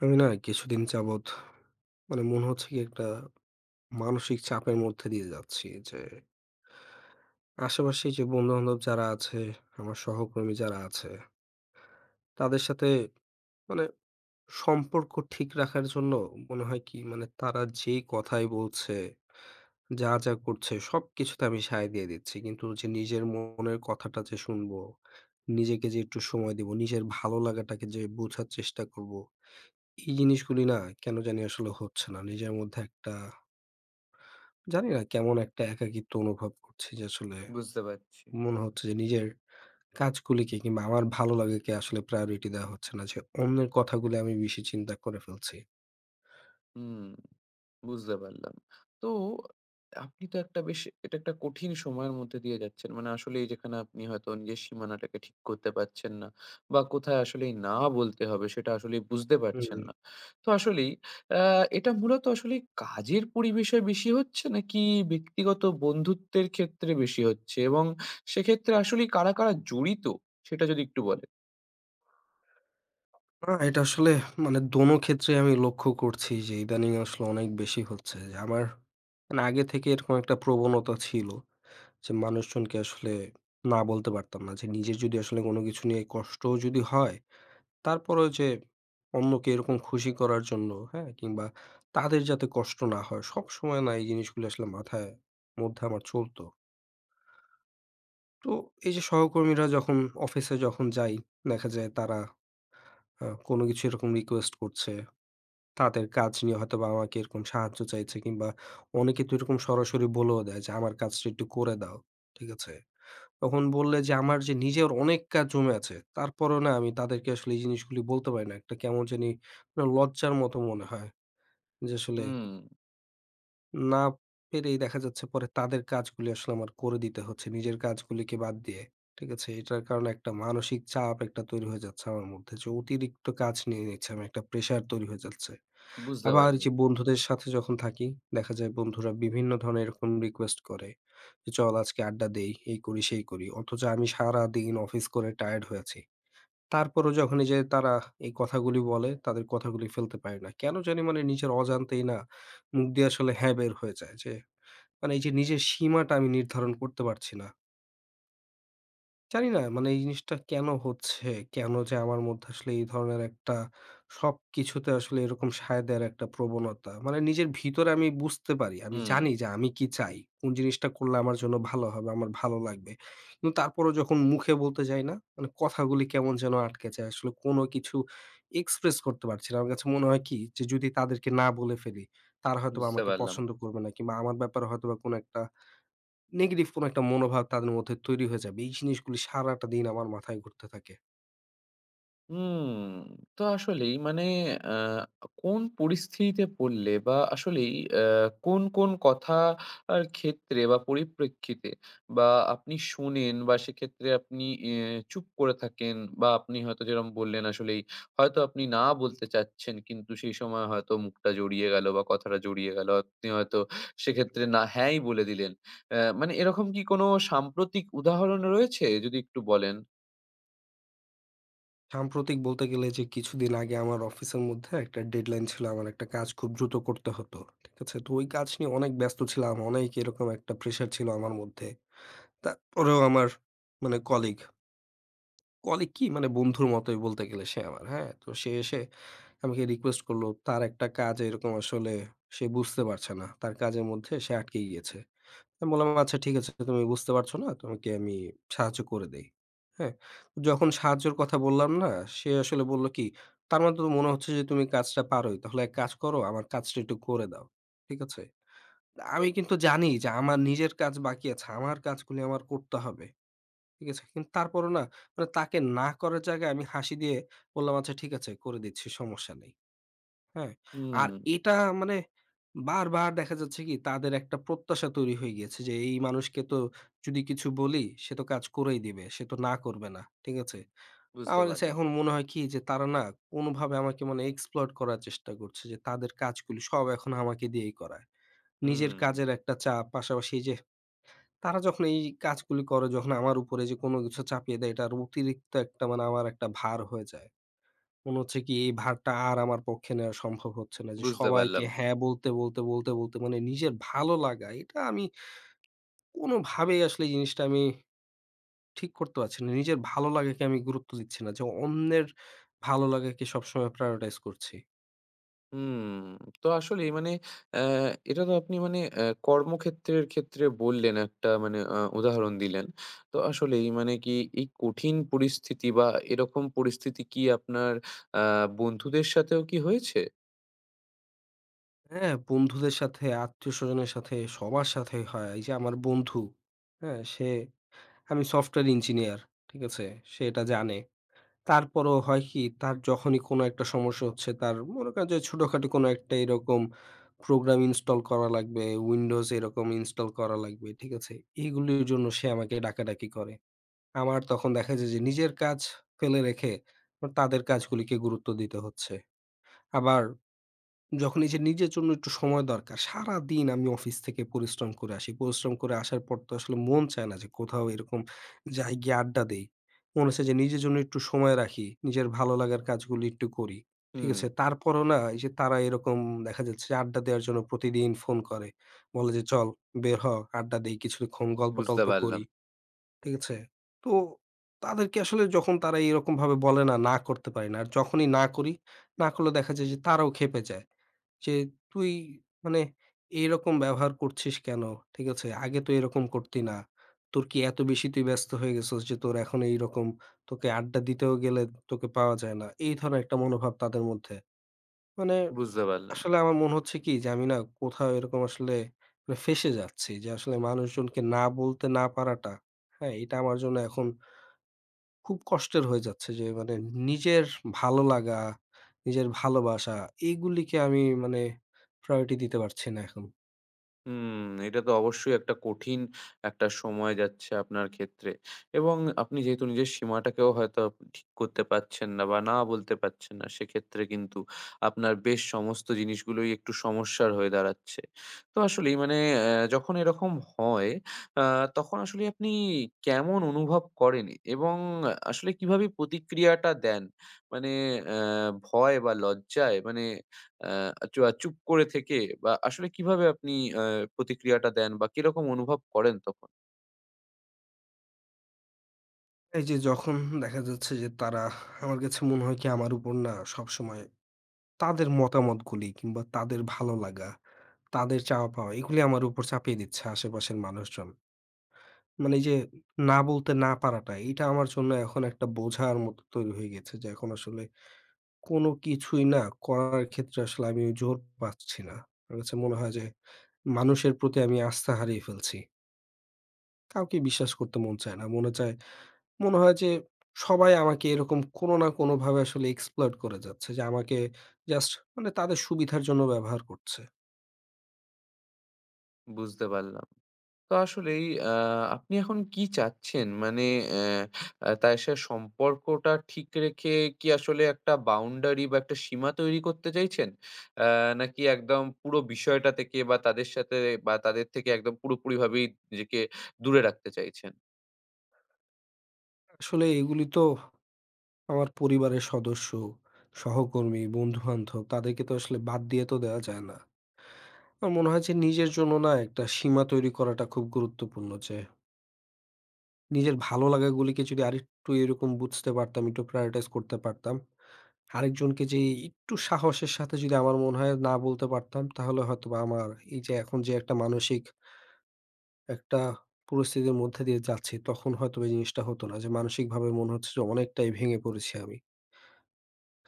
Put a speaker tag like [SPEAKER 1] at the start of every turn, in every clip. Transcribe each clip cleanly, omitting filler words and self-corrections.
[SPEAKER 1] আমি না কিছুদিন যাবৎ মনে হচ্ছে কি একটা মানসিক চাপের মধ্যে দিয়ে যাচ্ছি যে আশেপাশে যে বন্ধু-বান্ধব যারা আছে, আমার সহকর্মী যারা আছে, তাদের সাথে মানে সম্পর্ক ঠিক রাখার জন্য মনে হয় কি তারা যেই কথাই বলছে, যা করছে সবকিছুতে আমি সায় দিয়ে দিচ্ছি। কিন্তু যে নিজের মনের কথাটা যে শুনবো, নিজেকে যে একটু সময় দিব, নিজের ভালো লাগাটাকে যে বোঝার চেষ্টা করব, এই জিনিসগুলি না কেন জানি আসলে হচ্ছে না। নিজের মধ্যে একটা জানি না কেমন একটা একাকিত্ব অনুভব করছি যে আসলে
[SPEAKER 2] বুঝতে পারছি।
[SPEAKER 1] মনে হচ্ছে যে নিজের কাজগুলিকে কিংবা আমার ভালো লাগাকে আসলে প্রায়োরিটি দেওয়া হচ্ছে না যে অন্যের কথাগুলো আমি বেশি চিন্তা করে ফেলছি।
[SPEAKER 2] হুম, বুঝতে পারলাম। তো আপনি তো একটা বেশ এটা একটা কঠিন সময়ের মধ্যে দিয়ে যাচ্ছেন। মানে আসলেই যেখানে আপনি হয়তো নিজের সীমানাটাকে ঠিক করতে পারছেন না বা কোথায় আসলেই না বলতে হবে সেটা আসলেই বুঝতে পারছেন
[SPEAKER 1] হুম।
[SPEAKER 2] না। তো আসলেই আ এটা মূলত আসলেই কাজের পরিবেশে বেশি হচ্ছে নাকি ব্যক্তিগত বন্ধুত্বের ক্ষেত্রে বেশি হচ্ছে? এবং সেক্ষেত্রে আসলেই কারা, কারা জড়িত সেটা যদি একটু বলেন?
[SPEAKER 1] না এটা আসলে দোনো ক্ষেত্রে আমি লক্ষ্য করছি যে ইদানিং আসলে অনেক বেশি হচ্ছে। যে আমার আগে থেকে এরকম একটা প্রবণতা ছিল যে মানুষজনকে আসলে না বলতে পারতাম না। যে নিজের যদি আসলে কোনো কিছু নিয়ে কষ্টও যদি হয় তারপরেও যে অন্যকে এরকম খুশি করার জন্য, হ্যাঁ? কিংবা তাদের যাতে কষ্ট না হয়, সবসময় না এই জিনিসগুলো আসলে মাথায় মধ্যে আমার চলতো। তো এই যে সহকর্মীরা যখন অফিসে যখন যাই, দেখা যায় তারা কোনো কিছু এরকম রিকোয়েস্ট করছে। তাদের কাজ নিয়ে হয়তোবা আমাকে এরকম সাহায্য চাইছে কিংবা অনেকে তো এরকম সরাসরি বলেও দেয় যে, "আমার কাজটা একটু করে দাও।" ঠিক আছে? তখন বললে যে আমার যে নিজের অনেক কাজ জমে আছে। তারপরেও না আমি তাদেরকে আসলে এই জিনিসগুলি বলতে পারি না। একটা কেমন জানি না লজ্জার মতো মনে হয়। যে আসলে
[SPEAKER 2] হুম,
[SPEAKER 1] না পেরেই দেখা যাচ্ছে পরে তাদের কাজগুলি আসলে আমার করে দিতে হচ্ছে নিজের কাজগুলিকে বাদ দিয়ে। ঠিক আছে? এটার কারণে একটা মানসিক চাপ একটা তৈরি হয়ে যাচ্ছে আমার মধ্যে। যে অতিরিক্ত কাজ নিয়ে নিচ্ছে আমি একটা প্রেশার তৈরি হয়ে যাচ্ছে।
[SPEAKER 2] বুঝতে
[SPEAKER 1] আবার যে
[SPEAKER 2] পারলাম।
[SPEAKER 1] বন্ধুদের সাথে যখন থাকি দেখা যায় বন্ধুরা বিভিন্ন ধরনের এরকম রিকোয়েস্ট করে যে, "চল আজকে আড্ডা দেই, এই করি, সেই করি।" অথচ আমি সারাদিন অফিস করে টায়ার্ড হয়ে আছি। তারপরও যখন এই যে তারা এই কথাগুলি বলে, তাদের কথাগুলি ফেলতে পারি না। কেন জানি নিজের অজান্তেই না মুখ দিয়ে আসলে হ্যাঁ বের হয়ে যায় যে, এই যে নিজের সীমাটা আমি নির্ধারণ করতে পারছি না। জানি না এই জিনিসটা কেন হচ্ছে? কেন যে আমার মধ্যে আসলে এই ধরনের একটা সবকিছুতে আসলে এরকম সায় দেয়ার একটা প্রবণতা। মানে নিজের ভিতরে আমি বুঝতে পারি। আমি
[SPEAKER 2] হুম,
[SPEAKER 1] জানি যে আমি কি চাই? কোন জিনিসটা করলে আমার জন্য ভালো হবে, আমার ভালো লাগবে। কিন্তু তারপরও যখন মুখে বলতে যাই না? মানে কথাগুলি কেমন যেন আটকে যায়। আসলে কোনো কিছু এক্সপ্রেস করতে পারছি না। আমার কাছে মনে হয় কি? যে যদি তাদেরকে না বলে ফেলি, তারা হয়তোবা
[SPEAKER 2] বুঝতে
[SPEAKER 1] আমাকে
[SPEAKER 2] পারলাম।
[SPEAKER 1] পছন্দ করবে না কিংবা আমার ব্যাপারে হয়তোবা কোনো একটা নেগেটিভ কোনো একটা মনোভাব তাদের মধ্যে তৈরি হয়ে যাবে। এই জিনিসগুলি সারাটা দিন আমার মাথায় ঘুরতে থাকে।
[SPEAKER 2] হুম, তো আসলেই মানে আ কোন পরিস্থিতিতে পড়লে বা আসলেই আ কোন, কোন কথার ক্ষেত্রে বা পরিপ্রেক্ষিতে বা আপনি শোনেন বা সেক্ষেত্রে আপনি এ চুপ করে থাকেন বা আপনি হয়তো যেরকম বললেন আসলেই হয়তো আপনি না বলতে চাচ্ছেন কিন্তু সেই সময় হয়তো মুখটা জড়িয়ে গেল বা কথাটা জড়িয়ে গেল। আপনি হয়তো
[SPEAKER 1] হুম।
[SPEAKER 2] সেক্ষেত্রে না হ্যাঁই বলে দিলেন। মানে এরকম কি কোনো সাম্প্রতিক উদাহরণ রয়েছে? যদি একটু বলেন।
[SPEAKER 1] সাম্প্রতিক বলতে গেলে যে কিছুদিন আগে আমার অফিসের মধ্যে একটা ডেডলাইন ছিল। আমার একটা কাজ খুব দ্রুত করতে হতো। ঠিক আছে? তো ওই কাজ নিয়ে অনেক ব্যস্ত ছিলাম। অনেক এরকম একটা প্রেশার ছিল আমার মধ্যে। তারপরেও আমার কলিগ, কলিগ কি বন্ধুর মতোই বলতে গেলে সে আমার, হ্যাঁ? তো সে এসে আমাকে রিকোয়েস্ট করলো তার একটা কাজ এরকম আসলে সে বুঝতে পারছে না। তার কাজের মধ্যে সে আটকে গিয়েছে। আমি বললাম, "আচ্ছা ঠিক আছে তুমি বুঝতে পারছো না, তোমাকে আমি সাহায্য করে দেই।" হ্যাঁ? তো যখন সাহায্যের কথা বললাম না, সে আসলে বলল কি, "তার মানে তো মনে হচ্ছে যে তুমি কাজটা পারোই। তাহলে এক কাজ করো, আমার কাজটা একটু করে দাও।" ঠিক আছে? আমি কিন্তু জানি যে আমার নিজের কাজ বাকি আছে। আমার কাজগুলি আমার করতে হবে। ঠিক আছে? কিন্তু তারপরও না তাকে না করার জায়গায় আমি হাসি দিয়ে বললাম, "আচ্ছা ঠিক আছে করে দিচ্ছি, সমস্যা নেই।" হ্যাঁ? আর
[SPEAKER 2] হুম,
[SPEAKER 1] এটা মানে বারবার দেখা যাচ্ছে কি তাদের একটা প্রত্যাশা তৈরি হয়ে গিয়েছে যে এই মানুষকে তো যদি কিছু বলি সে তো কাজ করেই দিবে। সে তো না করবে না। ঠিক আছে?
[SPEAKER 2] বুঝতে
[SPEAKER 1] আমার কাছে
[SPEAKER 2] পারলাম।
[SPEAKER 1] এখন মনে হয় কি যে তারা না কোনভাবে আমাকে exploit করার চেষ্টা করছে যে তাদের কাজগুলি সব এখন আমাকে দিয়েই করায়। নিজের
[SPEAKER 2] হুম,
[SPEAKER 1] কাজের একটা চাপ পাশাপাশি এই যে তারা যখন এই কাজগুলি করে যখন আমার উপরে যে কোন কিছু চাপিয়ে দেয় এটার অতিরিক্ত একটা আমার একটা ভার হয়ে যায়। মনে হচ্ছে কি এই ভারটা আর আমার পক্ষে নেওয়া সম্ভব হচ্ছে না। যে
[SPEAKER 2] বুঝতে
[SPEAKER 1] সবাইকে
[SPEAKER 2] পারলাম।
[SPEAKER 1] হ্যাঁ বলতে মানে নিজের ভালো লাগা এটা আমি কোনোভাবেই আসলে এই জিনিসটা আমি ঠিক করতে পারছি না। নিজের ভালো লাগাকে আমি গুরুত্ব দিচ্ছি না। যে অন্যের ভালো লাগাকে সবসময় prioritize করছি।
[SPEAKER 2] হুম, তো আসলেই মানে অ্যা এটা তো আপনি মানে কর্মক্ষেত্রের ক্ষেত্রে বললেন একটা মানে উদাহরণ দিলেন। তো আসলেই মানে কি এই কঠিন পরিস্থিতি বা এরকম পরিস্থিতি কি আপনার আ বন্ধুদের সাথেও কি হয়েছে?
[SPEAKER 1] হ্যাঁ, বন্ধুদের সাথে, আত্মীয়স্বজনের সাথে, সবার সাথেই হয়। এই যে আমার বন্ধু, হ্যাঁ? সে আমি সফটওয়্যার ইঞ্জিনিয়ার, ঠিক আছে? সে এটা জানে। তারপরেও হয় কি, তার যখনই কোনো একটা সমস্যা হচ্ছে, তার মনে করেন যে ছোটখাটো কোনো একটা এরকম প্রোগ্রাম ইনস্টল করা লাগবে, Windows এরকম ইনস্টল করা লাগবে, ঠিক আছে? এগুলির জন্য সে আমাকে ডাকাডাকি করে। আমার তখন দেখা যায় যে নিজের কাজ ফেলে রেখে তাদের কাজগুলিকে গুরুত্ব দিতে হচ্ছে। আবার যখন এই যে নিজের জন্য একটু সময় দরকার, সারাদিন আমি অফিস থেকে পরিশ্রম করে আসি। পরিশ্রম করে আসার পর তো আসলে মন চায় না যে কোথাও এরকম যাই গিয়ে আড্ডা দেই। মনে হচ্ছে যে নিজের জন্য একটু সময় রাখি, নিজের ভালো লাগার কাজগুলি একটু করি। ঠিক
[SPEAKER 2] হুম,
[SPEAKER 1] আছে? তারপরও না এই যে তারা এরকম দেখা যাচ্ছে যে আড্ডা দেওয়ার জন্য প্রতিদিন ফোন করে। বলে যে, "চল বের হ, আড্ডা দেই, কিছুক্ষণ
[SPEAKER 2] বুঝতে
[SPEAKER 1] গল্প-টল্প
[SPEAKER 2] পারলাম,
[SPEAKER 1] করি।" ঠিক আছে? তো তাদেরকে আসলে যখন তারা এরকমভাবে বলে না, না করতে পারি না। আর যখনই না করি, না করলে দেখা যায় যে তারাও ক্ষেপে যায়। যে, "তুই মানে এইরকম ব্যবহার করছিস কেন? ঠিক আছে? আগে তো এরকম করতি না। তোর কি এত বেশি তুই ব্যস্ত হয়ে গেছস যে তোর এখন এইরকম তোকে আড্ডা দিতেও গেলে তোকে পাওয়া যায় না।" এই ধরনের একটা মনোভাব তাদের মধ্যে। মানে
[SPEAKER 2] বুঝতে পারলাম।
[SPEAKER 1] আসলে আমার মনে হচ্ছে কি যে আমি না কোথাও এরকম আসলে ফেঁসে যাচ্ছি যে আসলে মানুষজনকে না বলতে না পারাটা, হ্যাঁ? এটা আমার জন্য এখন খুব কষ্টের হয়ে যাচ্ছে যে নিজের ভালো লাগা, নিজের ভালোবাসা এইগুলিকে আমি priority দিতে পারছি না এখন।
[SPEAKER 2] হুম, এটা তো অবশ্যই একটা কঠিন একটা সময় যাচ্ছে আপনার ক্ষেত্রে। এবং আপনি যেহেতু নিজের সীমাটাকেও হয়তো ঠিক করতে পারছেন না বা না বলতে পারছেন না, সেক্ষেত্রে কিন্তু আপনার বেশ সমস্ত জিনিসগুলোই একটু সমস্যার হয়ে দাঁড়াচ্ছে। তো আসলেই মানে যখন এরকম হয়, আ তখন আসলে আপনি কেমন অনুভব করেন এবং আসলে কিভাবে প্রতিক্রিয়াটা দেন? মানে ভয় বা লজ্জায়? মানে অ্যা চু চুপ করে থেকে বা আসলে কিভাবে আপনি প্রতিক্রিয়াটা দেন বা কিরকম অনুভব করেন তখন?
[SPEAKER 1] এই যে যখন দেখা যাচ্ছে যে তারা আমার কাছে মনে হয় কি আমার উপর না সবসময় তাদের মতামতগুলি কিংবা তাদের ভালো লাগা, তাদের চাওয়া পাওয়া এগুলি আমার উপর চাপিয়ে দিচ্ছে আশেপাশের মানুষজন। মানে এই যে না বলতে না পারাটা এটা আমার জন্য এখন একটা বোঝার মতো তৈরি হয়ে গেছে যে এখন আসলে কোনো কিছুই না করার ক্ষেত্রে আসলে আমি ওই জোর পাচ্ছি না। আমার কাছে মনে হয় যে মানুষের প্রতি আমি আস্থা হারিয়ে ফেলছি। কাউকে বিশ্বাস করতে মন চায় না। মনে চায় মনে হয় যে সবাই আমাকে এরকম কোনো না কোনোভাবে আসলে exploit করে যাচ্ছে। যে আমাকে জাস্ট তাদের সুবিধার জন্য ব্যবহার করছে।
[SPEAKER 2] বুঝতে পারলাম। তো আসলেই আ আপনি এখন কি চাচ্ছেন? মানে অ্যা আ তার সে সম্পর্কটা ঠিক রেখে কি আসলে একটা বাউন্ডারি বা একটা সীমা তৈরি করতে চাইছেন? আ নাকি একদম পুরো বিষয়টা থেকে বা তাদের সাথে বা তাদের থেকে একদম পুরোপুরিভাবেই নিজেকে দূরে রাখতে চাইছেন?
[SPEAKER 1] আসলে এগুলি তো আমার পরিবারের সদস্য, সহকর্মী, বন্ধু-বান্ধব তাদেরকে তো আসলে বাদ দিয়ে তো দেওয়া যায় না। আমার মনে হয় যে নিজের জন্য না একটা সীমা তৈরি করাটা খুব গুরুত্বপূর্ণ যে নিজের ভালো লাগাগুলিকে যদি আরেকটু এরকম বুঝতে পারতাম, একটু prioritize করতে পারতাম। আরেকজনকে যে একটু সাহসের সাথে যদি আমার মনে হয় না বলতে পারতাম, তাহলে হয়তোবা আমার এই যে এখন যে একটা মানসিক একটা পরিস্থিতির মধ্যে দিয়ে যাচ্ছি, তখন হয়তোবা এই জিনিসটা হতো না। যে মানসিকভাবে মনে হচ্ছে যে অনেকটাই ভেঙে পড়েছি আমি।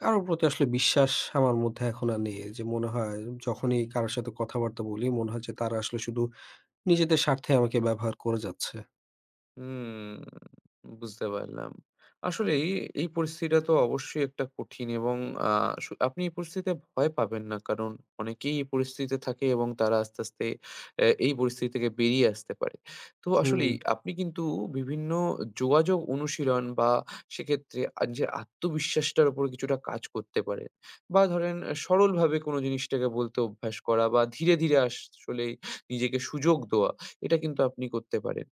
[SPEAKER 1] কারো প্রতি আসলে বিশ্বাস আমার মধ্যে এখন আর নেই। যে মনে হয় যখনই কারো সাথে কথাবার্তা বলি, মনে হয় যে তারা আসলে শুধু নিজেদের স্বার্থে আমাকে ব্যবহার করে যাচ্ছে।
[SPEAKER 2] হুম, বুঝতে পারলাম। আসলেই এই পরিস্থিতিটা তো অবশ্যই একটা কঠিন এবং আ সু আপনি এই পরিস্থিতিতে ভয় পাবেন না। কারণ অনেকেই এই পরিস্থিতিতে থাকে এবং তারা আস্তে, আস্তে এই পরিস্থিতি থেকে বেরিয়ে আসতে পারে। তো
[SPEAKER 1] হুম,
[SPEAKER 2] আসলেই আপনি কিন্তু বিভিন্ন যোগাযোগ অনুশীলন বা সেক্ষেত্রে যে আত্মবিশ্বাসটার উপর কিছুটা কাজ করতে পারেন। বা ধরেন সরলভাবে কোনো জিনিসটাকে বলতে অভ্যাস করা বা ধীরে, ধীরে আসলেই নিজেকে সুযোগ দেওয়া, এটা কিন্তু আপনি করতে পারেন।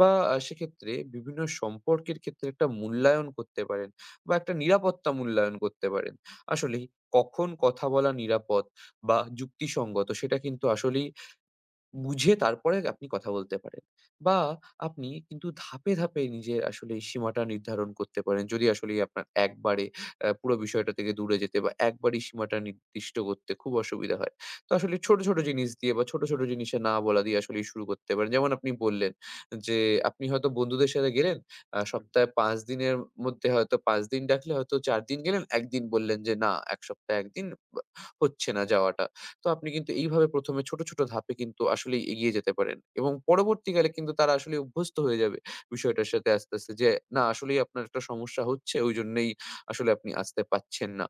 [SPEAKER 2] বা সেক্ষেত্রে বিভিন্ন সম্পর্কের ক্ষেত্রে একটা মূল্যায়ন করতে পারেন বা একটা নিরাপত্তা মূল্যায়ন করতে পারেন। আসলেই কখন কথা বলা নিরাপদ বা যুক্তিসঙ্গত সেটা কিন্তু আসলেই বুঝে তারপরে আপনি কথা বলতে পারেন। বা আপনি কিন্তু ধাপে, ধাপে নিজের আসলে এই সীমাটা নির্ধারণ করতে পারেন। যদি আসলেই আপনার একবারে পুরো বিষয়টা থেকে দূরে যেতে বা একবারেই সীমাটা নির্দিষ্ট করতে খুব অসুবিধা হয়। তো আসলে ছোট, ছোট জিনিস দিয়ে বা ছোট, ছোট জিনিসে না বলা দিয়ে আসলেই শুরু করতে পারেন। যেমন আপনি বললেন যে, আপনি হয়তো বন্ধুদের সাথে গেলেন, সপ্তাহে ৫ দিনের মধ্যে হয়তো ৫ দিন ডাকলে হয়তো ৪ দিন গেলেন, ১ দিন বললেন যে, "না, ১ সপ্তাহে ১ দিন বা হচ্ছে না যাওয়াটা।" তো আপনি কিন্তু এইভাবে ১ম এ ছোট, ছোট ধাপে কিন্তু আসলেই এগিয়ে যেতে পারেন এবং পরবর্তীকালে কিন্তু তারা আসলে অভ্যস্ত হয়ে যাবে বিষয়টার সাথে আস্তে, আস্তে যে না আসলেই আপনার একটা সমস্যা হচ্ছে ঐজন্যেই আসলে আপনি আসতে পারছেন না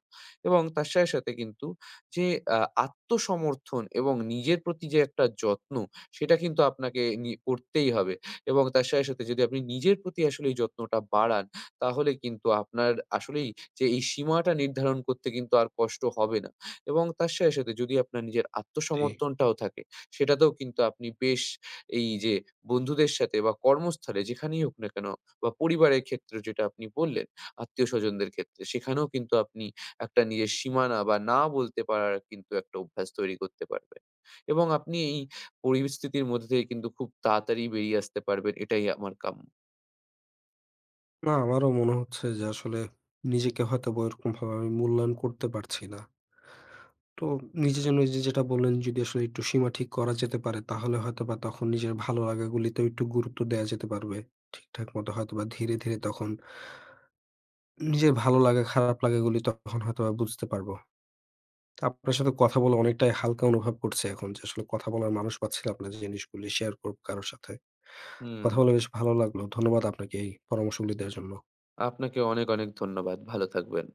[SPEAKER 2] এবং তার সাথে, সাথে কিন্তু যে আ আত্মসমর্থন এবং নিজের প্রতি যে একটা যত্ন সেটা কিন্তু আপনাকে করতেই হবে এবং তার সাথে, সাথে যদি আপনি নিজের প্রতি আসলে এই যত্নটা বাড়ান তাহলে কিন্তু আপনার আসলেই যে এই সীমাটা নির্ধারণ করতে কিন্তু আর কষ্ট হবে না। এবং তার সাথে, সাথে যদি আপনার নিজের
[SPEAKER 1] জি।
[SPEAKER 2] আত্মসমর্থনটাও থাকে, সেটাতেও কিন্তু আপনি বেশ এই যে বন্ধুদের সাথে বা কর্মস্থলে যেখানেই হোক না কেন বা পরিবারের ক্ষেত্রে যেটা আপনি বললেন, আত্মীয়স্বজনদের ক্ষেত্রে, সেখানেও কিন্তু আপনি একটা নিজের সীমানা বা না বলতে পারার কিন্তু একটা অভ্যাস তৈরি করতে পারবেন। এবং আপনি এই পরিস্থিতির মধ্যে থেকে কিন্তু খুব তাড়াতাড়ি বেরিয়ে আসতে পারবেন। এটাই আমার কাম্য।
[SPEAKER 1] না, আমারও মনে হচ্ছে যে আসলে নিজেকে হয়তোবা ওইরকমভাবে আমি মূল্যায়ন করতে পারছি না। তো নিজের জন্য এইযে যেটা বললেন যদি আসলে একটু সীমা ঠিক করা যেতে পারে তাহলে হয়তোবা তখন নিজের ভালো লাগাগুলিতেও একটু গুরুত্ব দেয়া যেতে পারবে। ঠিকঠাক মতো হয়তোবা ধীরে, ধীরে তখন নিজের ভালো লাগা খারাপ লাগাগুলি তখন হয়তোবা বুঝতে পারবো। তা আপনার সাথে কথা বলে অনেকটাই হালকা অনুভব করছি এখন যে আসলে কথা বলার মানুষ পাচ্ছিলাম না যে জিনিসগুলি শেয়ার করব কারো সাথে।
[SPEAKER 2] হুম,
[SPEAKER 1] কথা বলে বেশ ভালো লাগলো। ধন্যবাদ আপনাকে এই পরামর্শগুলি দেয়ার জন্য।
[SPEAKER 2] আপনাকে অনেক, অনেক ধন্যবাদ। ভালো থাকবেন।